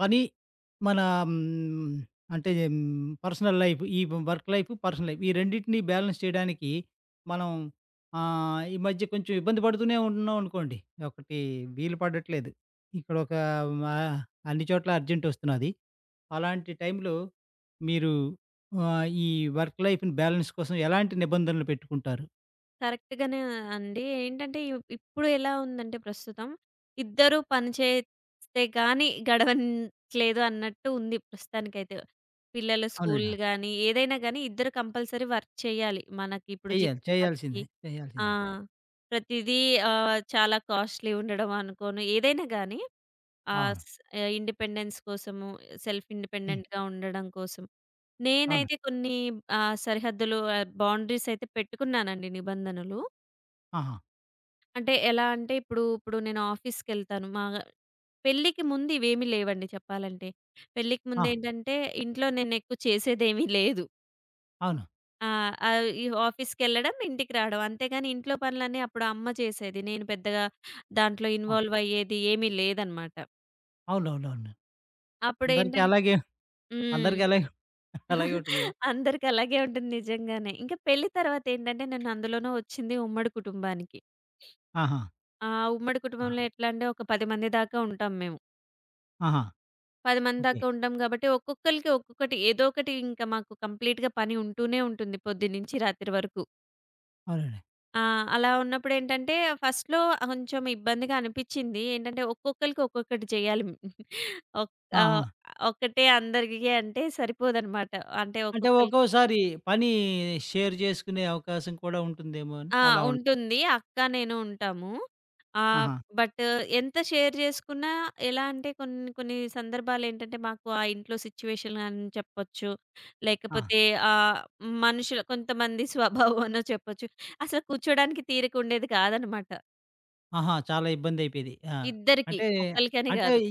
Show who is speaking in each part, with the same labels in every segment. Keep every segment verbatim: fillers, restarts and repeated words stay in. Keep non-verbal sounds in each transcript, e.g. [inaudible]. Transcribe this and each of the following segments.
Speaker 1: పని మన హ్మ్, అంటే హ్మ్, పర్సనల్ లైఫ్ ఈ వర్క్ లైఫ్, పర్సనల్ లైఫ్ ఈ రెండిటిని బ్యాలెన్స్ చేయడానికి మనం ఆహ్, ఈ మధ్య కొంచెం ఇబ్బంది పడుతూనే ఉంటున్నాం అనుకోండి. ఒకటి వీలు పడట్లేదు. ఇక్కడ ఒక ఆహ్, అన్ని చోట్ల అర్జెంట్ ఒస్తున్నది. అలాంటి టైంలో మీరు ఆహ్, ఈ వర్క్ లైఫ్‌ని బ్యాలెన్స్ కోసం ఎలాంటి నిబంధనలు పెట్టుకుంటారు?
Speaker 2: కరెక్ట్‌గానే అండి. ఏంటంటే ఇవ్ ఇప్పుడు ఎలా ఉందంటే ప్రస్తుతం, ఇద్దరు పని చేస్తే గాని గడవట్లేదు అన్నట్టు ఉంది ప్రస్తుతానికైతే. పిల్లల స్కూల్
Speaker 1: అవునండి.
Speaker 2: గాని, ఏదైనా గాని ఇద్దరు కంపల్సరీ వర్క్ చేయాలి. మనకిప్పుడు
Speaker 1: చెయ్యాలి.
Speaker 2: జీవనోపాధికి
Speaker 1: చేయాల్సిందే.
Speaker 2: ఆ!
Speaker 1: చేయాల్సిందే.
Speaker 2: ప్రతిదీ ఆహ్, చాలా కాస్ట్‌లీ ఉండడం అనుకోను ఏదైనా గాని. ఆ!
Speaker 1: అవును.
Speaker 2: స్ ఆహ్, ఇండిపెండెన్స్ కోసము, సెల్ఫ్
Speaker 1: హ్మ్.
Speaker 2: ఇండిపెండెంట్‌గా ఉండడం కోసం.
Speaker 1: అవును.
Speaker 2: నేనైతే కొన్ని ఆహ్, సరిహద్దులు, ఆహ్, బౌండరీస్ అయితే పెట్టుకున్నానండి, నిబంధనలు.
Speaker 1: ఆహా!
Speaker 2: అంటే ఎలా అంటే ఇప్పుడు, ఇప్పుడు నేను ఆఫీస్‌కెళ్తాను. మా పెళ్ళికి ముందు ఇవేమీ లేవండి చెప్పాలంటే. పెళ్ళికి
Speaker 1: ఆ!
Speaker 2: ముందేంటంటే ఇంట్లో నేనెక్కువ చేసేదేమీ లేదు.
Speaker 1: అవును.
Speaker 2: ఆ! ఆహ్, ఈ ఆఫీస్‌కెళ్ళడం, ఇంటికి రావడం. అంతేగాని ఇంట్లో పనులన్నీ అప్పుడు అమ్మ చేసేది. నేను పెద్దగా దాంట్లో
Speaker 1: ఆ!
Speaker 2: ఇన్వాల్వ్ అయ్యేది ఏమీ లేదనమాట.
Speaker 1: అవునవునవును. అందరికీ
Speaker 2: అప్పుడేంటంటే
Speaker 1: అలాగే
Speaker 2: హ్మ్.
Speaker 1: అందరికి అలాగే అలాగే ఉంటుంది గదా!
Speaker 2: అందరికి అలాగే ఉంటుంది నిజంగానే. ఇంకా పెళ్లి తర్వాతేంటంటే నేను అందులోనూ వచ్చింది ఉమ్మడి కుటుంబానికి.
Speaker 1: ఆహా!
Speaker 2: ఆ ఉమ్మడి
Speaker 1: ఆహా!
Speaker 2: కుటుంబంలో ఎట్లా అంటే ఒక పది మంది దాకా ఉంటాం మేము.
Speaker 1: ఆహా!
Speaker 2: పది మంది
Speaker 1: ఓకే.
Speaker 2: దాకా ఉంటాం కాబట్టి ఒక్కొక్కళ్ళకి ఒక్కొక్కటి ఏదో ఒకటి ఇంకా మాకు కంప్లీట్‌గా పని ఉంటూనే ఉంటుంది పొద్దున్నుంచి రాత్రి వరకు.
Speaker 1: అవునండి.
Speaker 2: ఆ! అలా ఉన్నప్పుడేంటంటే ఫస్ట్‌లో కొంచెం ఇబ్బందిగా అనిపిచ్చింది. ఏంటంటే ఒక్కొక్కళ్ళకి ఒక్కొక్కటి చేయాలి. [laughs] ఒక్
Speaker 1: ఆహా!
Speaker 2: ఆహ్, ఒకటే అందరికీ అంటే సరిపోదనమాట. అంటే
Speaker 1: అంటే
Speaker 2: ఒక్కొక్కళ్ళకి
Speaker 1: ఒక్కోసారి పని షేర్ చేసుకునే అవకాశం కూడా ఉంటుందేమో అని
Speaker 2: ఆ!
Speaker 1: అలా ఉండదు.
Speaker 2: ఉంటుంది. అక్క, నేను ఉంటాము. ఆహ్,
Speaker 1: ఆహా!
Speaker 2: బట్ ఎంత షేర్ చేసుకున్నా ఎలా అంటే కొన్ని కొన్ని సందర్భాలేంటంటే మాకు ఆ ఇంట్లో సిట్యుయేషన్ అని చెప్పొచ్చు.
Speaker 1: ఆ!
Speaker 2: లేకపోతే ఆహ్, మనుషుల కొంతమంది స్వభావం అనో చెప్పొచ్చు. అసలు కూర్చోడానికి తీరిక ఉండేది కాదనమాట.
Speaker 1: ఆహా! చాలా ఇబ్బందయిపోయేది. ఆ!
Speaker 2: ఇద్దరికీ,
Speaker 1: అంటే,
Speaker 2: ఒకళ్ళకని
Speaker 1: అంటే
Speaker 2: కాదు.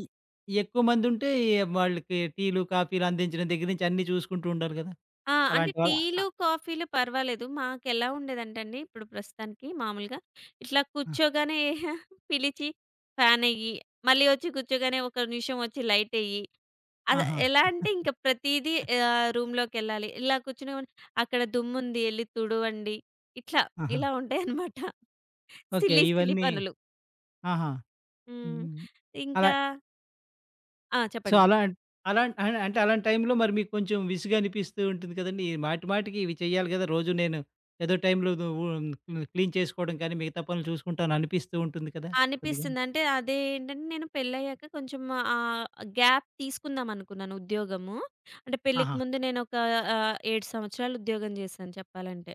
Speaker 1: ఈ ఎక్కువ మందుంటే వాళ్ళకి టీలు, కాఫీలు అందించడం దగ్గర నుంచి అన్నీ చూసుకుంటూ ఉండాలి గదా!
Speaker 2: ఆ! అంటే
Speaker 1: అలాంటి వాళ్ళ అ
Speaker 2: టీలు, కాఫీలు పర్వాలేదు. మాకెలా ఉండేదంటేండి ఇప్పుడు ప్రస్తుతానికి మామూలుగా ఇట్లా
Speaker 1: ఆ!
Speaker 2: కూర్చోగానే [laughs] పిలిచి ఫ్యానెయ్యి, మళ్ళీ వచ్చి కూర్చోగానే ఒక నిమిషం వచ్చి లైటెయ్యి. అద
Speaker 1: ఆహా!
Speaker 2: ఎలా అంటే ఇంక ప్రతీదీ, ఆహ్, రూమ్‌లోకెళ్ళాలి. ఇలా కూర్చునే అక్కడ దుమ్ముంది ఎళ్లి తుడవండి. ఇట్లా
Speaker 1: ఆహా!
Speaker 2: ఇలా ఉంటాయనమాట. [laughs]
Speaker 1: ఓకే.
Speaker 2: సిల్లీ సిల్లీ
Speaker 1: ఇవన్నీ
Speaker 2: పనులు.
Speaker 1: ఆహా!
Speaker 2: హ్మ్.
Speaker 1: హ్మ్. అలా
Speaker 2: ఇంకా ఆ!
Speaker 1: సో,
Speaker 2: చెప్పండి.
Speaker 1: అలా అలా అన్ అంటే అలాంటి టైంలో మరి మీకు కొంచెం విసుగు అనిపిస్తూ ఉంటుంది కదండీ! మాటి మాటికి ఇవి చేయాలి కదా! రోజు నేను ఏదో టైంలో వు క్లీన్ చేసుకోవడం కానీ, మిగతా పనులు చూసుకుంటాను అనిపిస్తూ ఉంటుంది కదా! కొద్దిగా.
Speaker 2: అనిపిస్తుంది. అంటే అదేంటంటే నేను పెళ్ళయ్యాక కొంచెం ఆహ్, గ్యాప్ తీసుకుందాం అనుకున్నాను ఉద్యోగము. అంటే పెళ్ళికి
Speaker 1: ఆహా!
Speaker 2: ముందు నేనొక ఆహ్, ఏడు సంవత్సరాలు ఉద్యోగం చేశాను చెప్పాలంటే.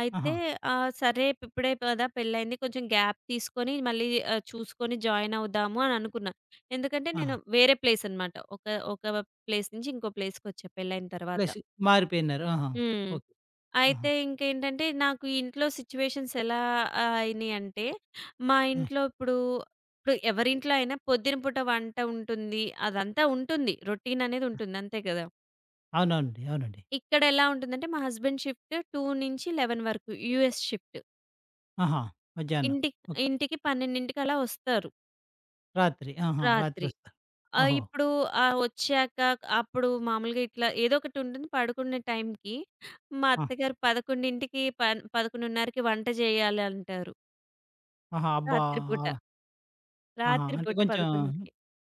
Speaker 2: అయితే
Speaker 1: ఆహా!
Speaker 2: ఆహ్, సరే ఇప్పుడే కదా పెళ్ళయింది, కొంచెం గ్యాప్ తీసుకొని మళ్ళీ ఆహ్, చూసుకొని జాయిన్ అవుదాము అని అనుకున్నా. ఎందుకంటే
Speaker 1: ఆహా!
Speaker 2: నేను వేరే ప్లేస్ అనమాట. ఒక ఒక ప్లేస్ నుంచి ఇంకో ప్లేస్‌కొచ్చా పెళ్ళైన తర్వాత.
Speaker 1: ప్లస్ మారిపోయినారు. ఆహా!
Speaker 2: హ్మ్.
Speaker 1: ఓకే. ఆహా!
Speaker 2: అయితే ఇంకేంటంటే నాకు ఈ ఇంట్లో సిట్యుయేషన్స్ ఎలా ఆహ్, అయినియంటే, మా
Speaker 1: ఆ!
Speaker 2: ఇంట్లో ఇప్పుడు, ఇప్పుడు ఎవరింట్లో అయినా పొద్దున పూట వంట ఉంటుంది. అదంతా ఉంటుంది. రొటీన్ అనేది ఉంటుంది. అంతే కదా!
Speaker 1: అవునవునండి. అవునండి.
Speaker 2: ఇక్కడ ఎలా ఉంటుందంటే మా హస్బెండ్ షిఫ్ట్ రెండు నుంచి పదకొండు వరకు యూఎస్ షిఫ్ట్.
Speaker 1: ఆహా! మధ్యాహ్నం.
Speaker 2: ఇంటికి
Speaker 1: ఓకే.
Speaker 2: ఇంటికి 12కి అలా వస్తారు
Speaker 1: రాత్రి. ఆహా!
Speaker 2: రాత్రి.
Speaker 1: రాత్రొస్తారు.
Speaker 2: ఆహ్,
Speaker 1: ఓహో!
Speaker 2: ఇప్పుడు ఆహ్, వచ్చాక అప్పుడు మామూలుగా ఇట్లా ఏదో ఒకటి ఉంటుంది పడుకునే టైంకి. మా
Speaker 1: ఆ!
Speaker 2: అత్తగారు 11కి పన్ 11:30కి వంట చేయాలంటారు.
Speaker 1: ఆహా! అబ్బా!
Speaker 2: రాత్రి పూట.
Speaker 1: అలా ఆహా!
Speaker 2: రాత్రి
Speaker 1: అంటే
Speaker 2: పూట
Speaker 1: కొంచెం
Speaker 2: 11కి.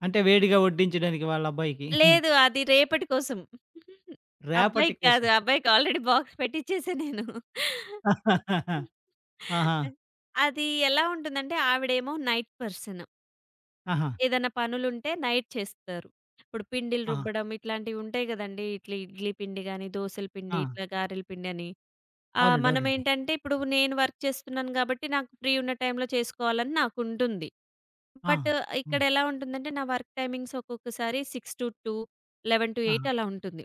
Speaker 1: అంటే వేడిగా వడ్డించడానికి వాళ్ళ అబ్బాయికి
Speaker 2: లేదు,
Speaker 1: [laughs]
Speaker 2: అది రేపటి కోసం.
Speaker 1: రేపటి
Speaker 2: అబ్బాయికి కాదు.
Speaker 1: కోసం.
Speaker 2: అబ్బాయికి ఆల్రెడీ బాక్స్ పెట్టిచ్చేసా నేను.
Speaker 1: [laughs] ఆహా!
Speaker 2: అది ఎలా ఉంటుందంటే ఆవిడేమో నైట్ పర్సన్.
Speaker 1: ఆహా!
Speaker 2: ఏదైనా పనులుంటే నైట్ చేస్తారు. ఇప్పుడు పిండిలు
Speaker 1: ఆహా!
Speaker 2: రుబ్బడం ఇట్లాంటివి ఉంటాయి గదండీ. ఇట్లా ఇడ్లీ పిండి గాని, దోసల పిండి,
Speaker 1: ఆ!
Speaker 2: ఇట్లా గారెల పిండి అని. ఆహ్,
Speaker 1: అవునండి. అవునండి.
Speaker 2: మనమేంటంటే ఇప్పుడు నేను వర్క్ చేస్తున్నాను గాబట్టి నాకు ఫ్రీ ఉన్న టైంలో చేసుకోవాలని నాకుంటుంది.
Speaker 1: ఆ!
Speaker 2: బట్
Speaker 1: హ్మ్.
Speaker 2: ఇక్కడెలా ఉంటుందంటే, నా వర్క్ టైమింగ్స్ ఒక్కొక్కసారి ఆరు నుంచి రెండు,
Speaker 1: ఆహా!
Speaker 2: పదకొండు నుంచి ఎనిమిది అలా ఉంటుంది.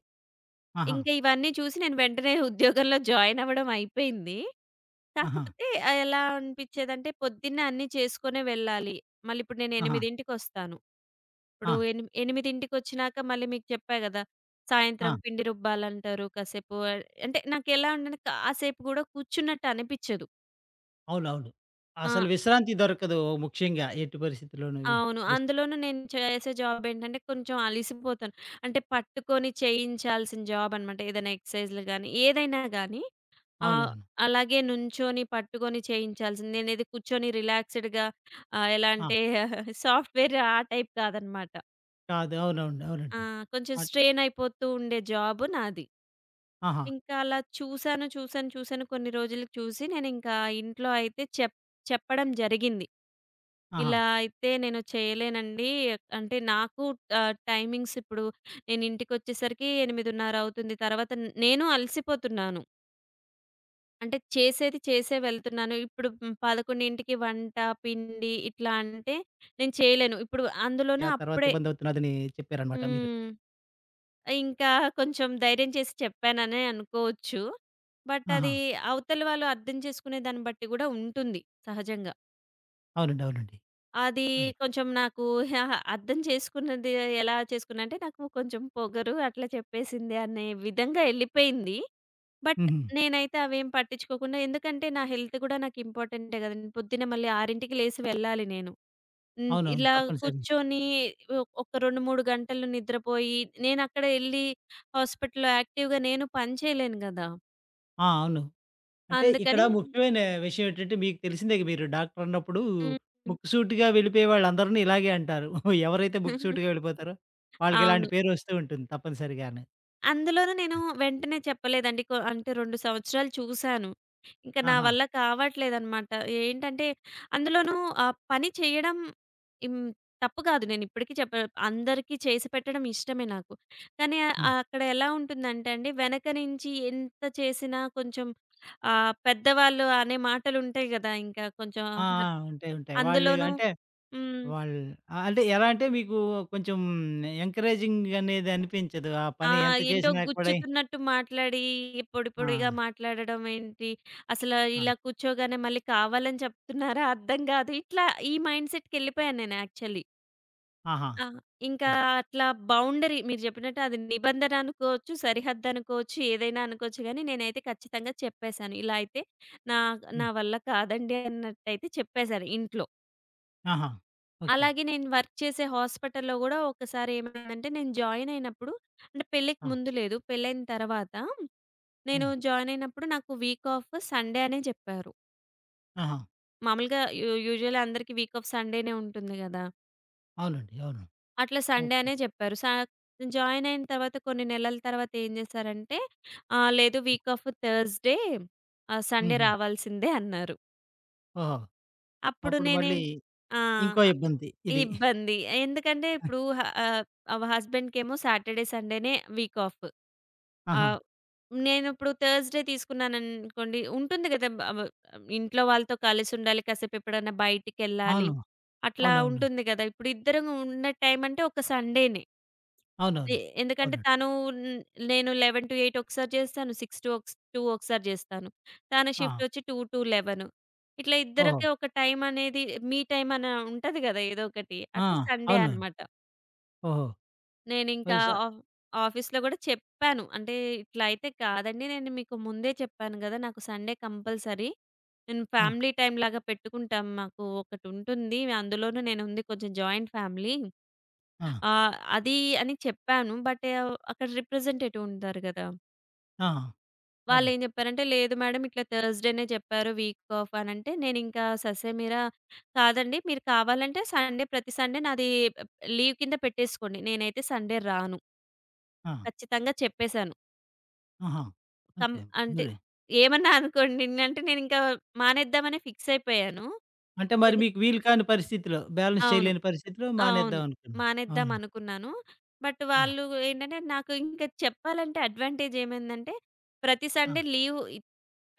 Speaker 1: ఆహా!
Speaker 2: ఇంకా ఇవన్నీ చూసి నేను వెంటనే [laughs] ఉద్యోగంలో జాయిన్ అవ్వడం అయిపోయింది.
Speaker 1: ఆహా!
Speaker 2: కాకపోతే ఆహ్, ఎలా అనిపిచ్చేదంటే పొద్దున్నే అన్నీ చేసుకొనే వెళ్ళాలి. మళ్ళీ ఇప్పుడు నేను
Speaker 1: ఆహా!
Speaker 2: 8కి ఇప్పుడు
Speaker 1: ఆ!
Speaker 2: ఎని 8కి మళ్ళీ మీకు చెప్పా గదా! సాయంత్రం
Speaker 1: ఆ!
Speaker 2: పిండి రుబ్బాలంటారు కాసేపు. అంటే నాకెలా ఉండంటే కాసేపు గూడా కూర్చున్నట్టు అనిపిచ్చదు.
Speaker 1: అవునవును.
Speaker 2: ఆ!
Speaker 1: అసలు విశ్రాంతి దొరకదు, ముఖ్యంగా ఎట్టి పరిస్థితిలోను. వి
Speaker 2: అవును.
Speaker 1: విశ్ర
Speaker 2: అందులోనూ నేను చేసే జాబ్ ఏంటంటే కొంచెం అలిసిపోతాను. అంటే పట్టుకొని చేయించాల్సిన జాబ్ అనమాట. ఏదైనా ఎక్సర్‌సైజ్‌లు గాని, ఏదైనా గాని, ఆహ్,
Speaker 1: అవునవును.
Speaker 2: అలాగే నుంచొని పట్టుకొని చేయించాల్సింది. నేనేది కూర్చొని రిలాక్స్‌డ్‌గా ఆహ్, ఎలా
Speaker 1: ఆ!
Speaker 2: అంటే [laughs] సాఫ్ట్‌వేర్ ఆ టైప్ కాదనమాట.
Speaker 1: కాదు. అవునవును.
Speaker 2: ఆ!
Speaker 1: అవునండి.
Speaker 2: కొంచెం
Speaker 1: అట్
Speaker 2: స్ట్రెయిన్ అయిపోతూ ఉండే జాబ్ నాది.
Speaker 1: ఆహా!
Speaker 2: ఇంకా అలా చూసాను, చూసాను, చూసాను కొన్ని రోజులకి చూసి నేనింకా ఇంట్లో అయితే చెప్ చెప్పడం జరిగింది.
Speaker 1: ఆహా!
Speaker 2: ఇలా అయితే నేను చేయలేనండి. అంటే నాకు ఆహ్, టైమింగ్స్ ఇప్పుడు నేను ఇంటికొచ్చేసరికి ఎనిమిదిన్నర అవుతుంది. తర్వాత నేను అలసిపోతున్నాను. అంటే చేసేది చేసే వెళ్తున్నాను. ఇప్పుడు హ్మ్, 11కి వంట, పిండి ఇట్లా అంటే నేను చేయలేను. ఇప్పుడు అందులోనూ
Speaker 1: ఆ తర్వాత
Speaker 2: అప్పుడే
Speaker 1: ఇబ్బందవుతున్నదని చెప్పారనమాట మీరు.
Speaker 2: హ్మ్. ఇంకా కొంచెం ధైర్యం చేసి చెప్పాననే అనుకోవచ్చు. బట్
Speaker 1: ఆహా!
Speaker 2: అది అవతల వాళ్ళు అర్థం చేసుకునే దాన్ని బట్టి గూడా ఉంటుంది సహజంగా.
Speaker 1: అవునండి. అవునండి.
Speaker 2: అది
Speaker 1: అవును.
Speaker 2: కొంచెం నాకు [laughs] అహా! అర్థం చేసుకున్నది ఎలా చేసుకున్నా అంటే, నాకు కొంచెం పొగరు అట్లా చెప్పేసింది అనే విధంగా ఎళ్ళిపోయింది. బట్
Speaker 1: హుహు.
Speaker 2: నేనైతే అవేం పట్టించుకోకుండా, ఎందుకంటే నా హెల్త్ కూడా నాకు ఇంపార్టెంటే గదండీ! పొద్దున్న మళ్ళీ 6కి లేసి వెళ్ళాలి నేను. హ్మ్.
Speaker 1: అవునవును.
Speaker 2: ఇలా
Speaker 1: తప్పనిసరిగా.
Speaker 2: కూర్చొని ఒ ఒక రెండు, మూడు గంటలు నిద్రపోయి, నేనక్కడ ఎళ్లి హాస్పిటల్‌లో యాక్టివ్‌గా నేను పని చేయలేను గదా!
Speaker 1: ఆ! అవును. అంటే ఇక్కడ
Speaker 2: అందుకని
Speaker 1: ముఖ్యమైన విషయం ఏంటంటే, మీకు తెలిసిందే మీరు డాక్టర్ అన్నప్పుడు
Speaker 2: హ్మ్.
Speaker 1: ముక్కుసూటిగా వెళ్ళిపోయే వాళ్ళందరిని ఇలాగే అంటారు. [laughs] ఎవరైతే ముక్కుసూటిగా
Speaker 2: [laughs]
Speaker 1: వెళ్ళిపోతారో వాళ్ళకి ఇలాంటి
Speaker 2: అవును.
Speaker 1: పేరు వస్తూ ఉంటుంది తప్పనిసరిగానే.
Speaker 2: అందులోనూ నేను వెంటనే చెప్పలేదండి. కొ అంటే రెండు సంవత్సరాలు చూసాను. ఇంక నా
Speaker 1: ఆహా!
Speaker 2: వల్ల కావట్లేదనమాట. ఏంటంటే అందులోనూ ఆ పని చేయడం హ్మ్, తప్పు కాదు. నేనిప్పటికి చెప్ప అందరికీ చేసి పెట్టడం ఇష్టమే నాకు. కానీ ఆ- ఆ
Speaker 1: హ్మ్.
Speaker 2: అక్కడ ఎలా ఉంటుందంటే అండి, వెనక నుంచి ఎంత చేసినా కొంచెం ఆహ్, పెద్దవాళ్ళు అనే మాటలుంటాయి గదా! ఇంకా కొంచెం
Speaker 1: ఆ!
Speaker 2: హ
Speaker 1: ఆ! ఉంటాయి, ఉంటాయి. వాళ్ళు
Speaker 2: అందులోనూ
Speaker 1: అంటే
Speaker 2: హ్మ్.
Speaker 1: వాళ్ళు ఆహ్, అంటే ఎలా అంటే మీకు కొంచెం ఎంకరేజింగ్ అనేది అనిపించదు. ఆ
Speaker 2: ఆ!
Speaker 1: పని ఎంత
Speaker 2: ఏంటో
Speaker 1: చేసినా కూడా
Speaker 2: గుచ్చుతున్నట్టు మాట్లాడి, పొడి
Speaker 1: ఆ!
Speaker 2: పొడిగా మాట్లాడడం ఏంటి? అసలు
Speaker 1: ఆ!
Speaker 2: ఇలా కూర్చోగానే మళ్ళీ కావాలని చెప్తున్నారా? అర్థం గాదు. ఇట్లా ఈ మైండ్ సెట్‌కెళ్ళిపోయాను నేను యాక్చువల్లీ.
Speaker 1: ఆహా!
Speaker 2: ఆ! ఇంకా
Speaker 1: ఓకే.
Speaker 2: అట్లా బౌండరీ మీరు జెప్పినట్టు, అది నిబంధన అనుకోవచ్చు, సరిహద్దు అనుకోవచ్చు, ఏదైనా అనుకోవచ్చు గానీ, నేనైతే ఖచ్చితంగా చెప్పేశాను. ఇలా అయితే నా నా
Speaker 1: హ్మ్.
Speaker 2: వల్ల కాదండి అన్నట్టయితే చెప్పేశాను ఇంట్లో.
Speaker 1: ఆహా! ఓకే.
Speaker 2: అలాగే నేను వర్క్ చేసే హాస్పిటల్‌లో గూడా ఒకసారి ఏమైందంటే, నేను జాయిన్ అయినప్పుడు అంటే పెళ్ళికి
Speaker 1: ఆ!
Speaker 2: ముందు లేదు, పెళ్ళైన తర్వాత నేను
Speaker 1: హ్మ్.
Speaker 2: జాయిన్ అయినప్పుడు నాకు వీక్ ఆఫ్ సండే అనే జెప్పారు.
Speaker 1: ఆహా!
Speaker 2: మామూలుగా యూ యూజువల్‌గా అందరికి వీక్ ఆఫ్ సండేనే ఉంటుంది గదా!
Speaker 1: అవునండి. అవును.
Speaker 2: అట్లా సండే
Speaker 1: ఓకే.
Speaker 2: అనే జెప్పారు. సా జాయిన్ అయిన తర్వాత కొన్ని నెలల తర్వాత ఏం జేశారంటే, ఆహ్, లేదు వీక్ ఆఫ్ థర్స్‌డే, ఆహ్, సండే
Speaker 1: హుహు.
Speaker 2: రావాల్సిందే అన్నారు.
Speaker 1: ఓహో!
Speaker 2: అప్పుడు
Speaker 1: అప్పుడు
Speaker 2: నేనేం
Speaker 1: మళ్ళీ
Speaker 2: ఆ!
Speaker 1: ఇంకో ఇబ్బంది ఇది.
Speaker 2: ఇబ్బంది. ఎందుకంటే ఇప్పుడు హ ఆహ్, హస్బెండ్‌కేమో సాటర్‌డే, సండేనే వీక్ ఆఫ్.
Speaker 1: ఆహా!
Speaker 2: ఆహ్, నేనిప్పుడు థర్స్‌డే తీసుకున్నాననుకోండి, ఉంటుంది గదా! బ వ ఇంట్లో వాళ్ళతో కలిసుండాలి, కాసేపు ఎప్పుడైనా బయటికెళ్ళాలి,
Speaker 1: అవును.
Speaker 2: అట్లా
Speaker 1: అవునవును.
Speaker 2: ఉంటుంది గదా! ఇప్పుడు ఇద్దరం ఉన్న టైం అంటే ఒక సండేనే. ఎ
Speaker 1: అవునవును.
Speaker 2: ఎందుకంటే
Speaker 1: అవునండి.
Speaker 2: తను న్ నేను పదకొండు నుంచి ఎనిమిది ఒకసారి చేస్తాను, ఆరు నుంచి రెండు ఒకస్ రెండు ఒకసారి చేస్తాను. తన షిఫ్ట్
Speaker 1: ఆ!
Speaker 2: వచ్చి రెండు నుంచి పదకొండు. ఇట్లా
Speaker 1: ఓహో!
Speaker 2: ఇద్దరికి ఒక టైం అనేది, మీ టైం అని ఉంటది గదా! ఏదో ఒకటి.
Speaker 1: ఆ!
Speaker 2: అట్లా సండే
Speaker 1: అవునవును.
Speaker 2: అనమాట.
Speaker 1: ఓహో!
Speaker 2: నేనింకా
Speaker 1: ఒయ్ స
Speaker 2: ఆఫ్ ఆఫీస్‌లో గూడా చెప్పాను. అంటే, "ఇట్లా అయితే కాదండి. నేను మీకు ముందే చెప్పాను గదా! నాకు సండే కంపల్సరీ. మేము
Speaker 1: ఆ!
Speaker 2: ఫ్యామిలీ టైమ్‌లాగా పెట్టుకుంటాం. మాకు ఒకటుంటుంది. అందులోనూ నేనుంది కొంచెం జాయింట్ ఫ్యామిలీ."
Speaker 1: ఆ!
Speaker 2: ఆహ్, అది అని చెప్పాను. బట్ అక్కడ రిప్రజెంటేటివ్ ఉంటారు గదా!
Speaker 1: ఆ!
Speaker 2: వాళ్ళేం
Speaker 1: అవునండి.
Speaker 2: జెప్పారంటే, "లేదు మేడం, ఇట్లా థర్స్‌డేనే చెప్పారు వీక్ ఆఫ్" అనంటే, నేనింకా ససేమిరా, "కాదండి. మీరు కావాలంటే సండే, ప్రతి సండే నాది లీవ్ కింద పెట్టేసుకోండి. నేనైతే సండే రాను."
Speaker 1: ఆ!
Speaker 2: ఖచ్చితంగా చెప్పేసాను.
Speaker 1: ఆహా!
Speaker 2: కం
Speaker 1: అంతే
Speaker 2: అంటే
Speaker 1: మరి.
Speaker 2: ఏమన్నా అనుకోండి, నేనంటే నేనింకా మానేద్దామనే ఫిక్స్ అయిపోయాను.
Speaker 1: అంటే మరి
Speaker 2: ఎందుకు,
Speaker 1: మీకు వీలు కాని పరిస్థితిలో, బ్యాలెన్స్
Speaker 2: అవును.
Speaker 1: చేయలేని పరిస్థితిలో
Speaker 2: అవును,
Speaker 1: మానేద్దాం అనుకున్నారు.
Speaker 2: మానేద్దాం
Speaker 1: అవును.
Speaker 2: అనుకున్నాను. బట్
Speaker 1: ఆ!
Speaker 2: వాళ్ళు, ఏంటంటే నాకు ఇంకా చెప్పాలంటే అడ్వాంటేజ్ ఏమైందంటే ప్రతి
Speaker 1: ఆ!
Speaker 2: సండే లీవ్ ఇ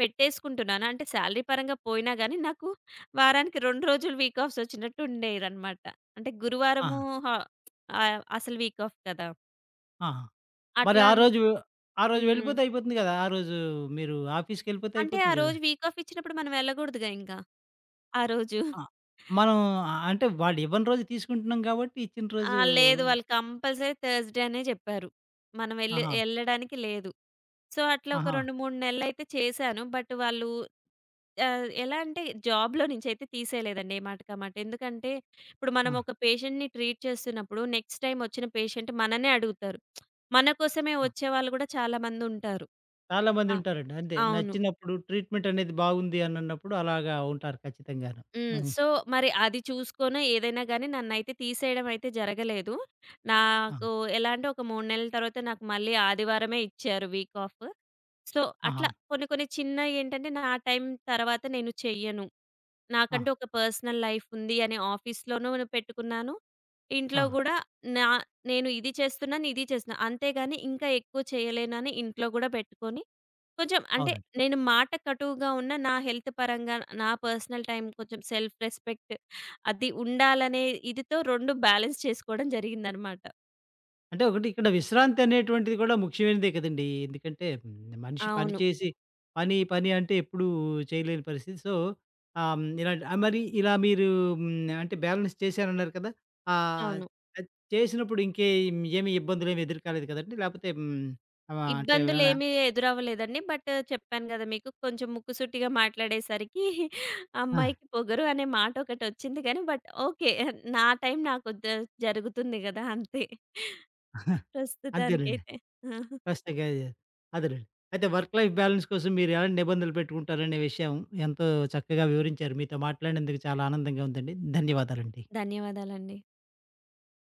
Speaker 2: పెట్టేసుకుంటున్నాను. అంటే సాలరీ పరంగా పోయినా గానీ నాకు వారానికి రెండు రోజులు వీక్ ఆఫ్స్ వచ్చినట్టు ఉండేదనమాట. అంటే గురువారము
Speaker 1: ఆహా!
Speaker 2: హ ఆహ్, అసలు వీక్ ఆఫ్ కదా!
Speaker 1: ఆహా! మరి
Speaker 2: అట్లా
Speaker 1: ఆ
Speaker 2: అని
Speaker 1: రోజు ఆ రోజు
Speaker 2: హ్మ్.
Speaker 1: వెళ్ళిపోతే అయిపోతుంది గదా! ఆ రోజు మీరు ఆఫీస్‌కెళ్ళిపోతే
Speaker 2: అంటే ఆ
Speaker 1: అయిపోతుంది గదా!
Speaker 2: రోజు వీక్ ఆఫ్ ఇచ్చినప్పుడు మనం వెళ్ళకూడదుగా ఇంక, ఆ రోజు.
Speaker 1: ఆ! మనం ఆ, అంటే వాళ్ళు ఇవ్వని రోజు తీసుకుంటున్నాం కాబట్టి, ఇచ్చిన
Speaker 2: ఆ!
Speaker 1: రోజు
Speaker 2: లేదు, వాళ్ళు కంపల్సరీ థర్స్‌డే అనే చెప్పారు. మనం ఎళ్ళి
Speaker 1: ఆహా!
Speaker 2: ఎళ్ళడానికి లేదు. సో, అట్లా ఒక
Speaker 1: ఆహా!
Speaker 2: రెండు, మూడు నెలలైతే చేశాను. బట్ వాళ్ళు ఆహ్, ఎలా అంటే జాబ్‌లో నుంచైతే తీసేయలేదండి, ఏ మాటకి ఆ మాట. ఎందుకంటే ఇప్పుడు మనం
Speaker 1: ఆ!
Speaker 2: ఒక పేషెంట్‌ని ట్రీట్ చేస్తున్నప్పుడు నెక్స్ట్ టైమ్ వచ్చిన పేషెంట్ మననే అడుగుతారు. మన కోసమే
Speaker 1: హ్మ్.
Speaker 2: వచ్చేవాళ్ళు కూడా చాలా మందుంటారు.
Speaker 1: చాలామంది
Speaker 2: ఆ!
Speaker 1: ఉంటారండి. అంతే
Speaker 2: అవును.
Speaker 1: నచ్చినప్పుడు ట్రీట్‌మెంట్ అనేది బాగుంది అని అన్నప్పుడు అలాగా ఉంటారు ఖచ్చితంగాను.
Speaker 2: హ్మ్.
Speaker 1: హ్మ్.
Speaker 2: సో, మరి అది చూసుకొనో ఏదైనా గాని నన్నైతే తీసేయడం అయితే జరగలేదు.
Speaker 1: ఆ!
Speaker 2: నాకు ఎలా అంటే ఒక మూడు నెలల తర్వాత నాకు మళ్ళీ ఆదివారమే ఇచ్చారు వీక్ ఆఫ్. సో,
Speaker 1: ఆహా!
Speaker 2: అట్లా కొన్ని కొన్ని చిన్నయేంటంటే నా టైం తర్వాత నేను చెయ్యను.
Speaker 1: ఆ!
Speaker 2: నాకంటూ ఒక పర్సనల్ లైఫ్ ఉంది అని ఆఫీస్‌లోనూ పెట్టుకున్నాను. ఇంట్లో
Speaker 1: ఆ!
Speaker 2: గూడా నా నేను ఇది చేస్తున్నాను, ఇది చేస్తున్నా. అంతేగాని ఇంకా ఎక్కువ చేయలేనని ఇంట్లో గూడా పెట్టుకొని కొంచెం అంటే
Speaker 1: అవునండి.
Speaker 2: నేను మాట కటువుగా ఉన్నా, నా హెల్త్ పరంగా, నా పర్సనల్ టైం, కొంచెం సెల్ఫ్ రెస్పెక్ట్, అది ఉండాలనే ఇదితో రెండు బ్యాలెన్స్ చేసుకోవడం జరిగిందనమాట.
Speaker 1: అంటే ఒకటి ఇక్కడ విశ్రాంతి అనేటువంటిది కూడా ముఖ్యమైనదే కదండీ! ఎందుకంటే హ్మ్, మనిషి పని
Speaker 2: అవును.
Speaker 1: చేసి పని, పని అంటే ఎప్పుడూ చేయలేని పరిస్థితి. సో, ఆహ్, హ్మ్, ఇలాంటి ఆహ్, మరి ఇలా మీరు హ్మ్, అంటే బ్యాలెన్స్ చేశారన్నారు కదా! ఆహ్,
Speaker 2: అవును.
Speaker 1: అది చేసినప్పుడు ఇంకే ఏమి ఇబ్బందులేమి ఎదురు కాలేదు కదండీ! లేకపోతే హ్మ్, ఆహ్, అంటే ఏమైనా
Speaker 2: ఇబ్బందులేమీ ఎదురవ్వలేదండి. బట్ చెప్పాను గదా! మీకు కొంచెం ముక్కుసూటిగా మాట్లాడేసరికి [laughs]
Speaker 1: ఆ!
Speaker 2: అమ్మాయికి పొగరు అనే మాటొకటొచ్చింది గానీ, బట్ ఓకే. నా టైం నాకు ద జరుగుతుంది గదా! అంతే.
Speaker 1: అంతేనండి.
Speaker 2: ప్రస్తుతానికైతే. [laughs]
Speaker 1: ఖచ్చితంగా అదే. అదేనండి. అయితే వర్క్ లైఫ్ బ్యాలన్స్ కోసం మీరు ఎలాంటి నిబంధనలు పెట్టుకుంటారనే విషయం ఎంతో చక్కగా వివరించారు. మీతో మాట్లాడినందుకు చాలా ఆనందంగా ఉందండి. ధన్యవాదాలండి.
Speaker 2: ధన్యవాదాలండి.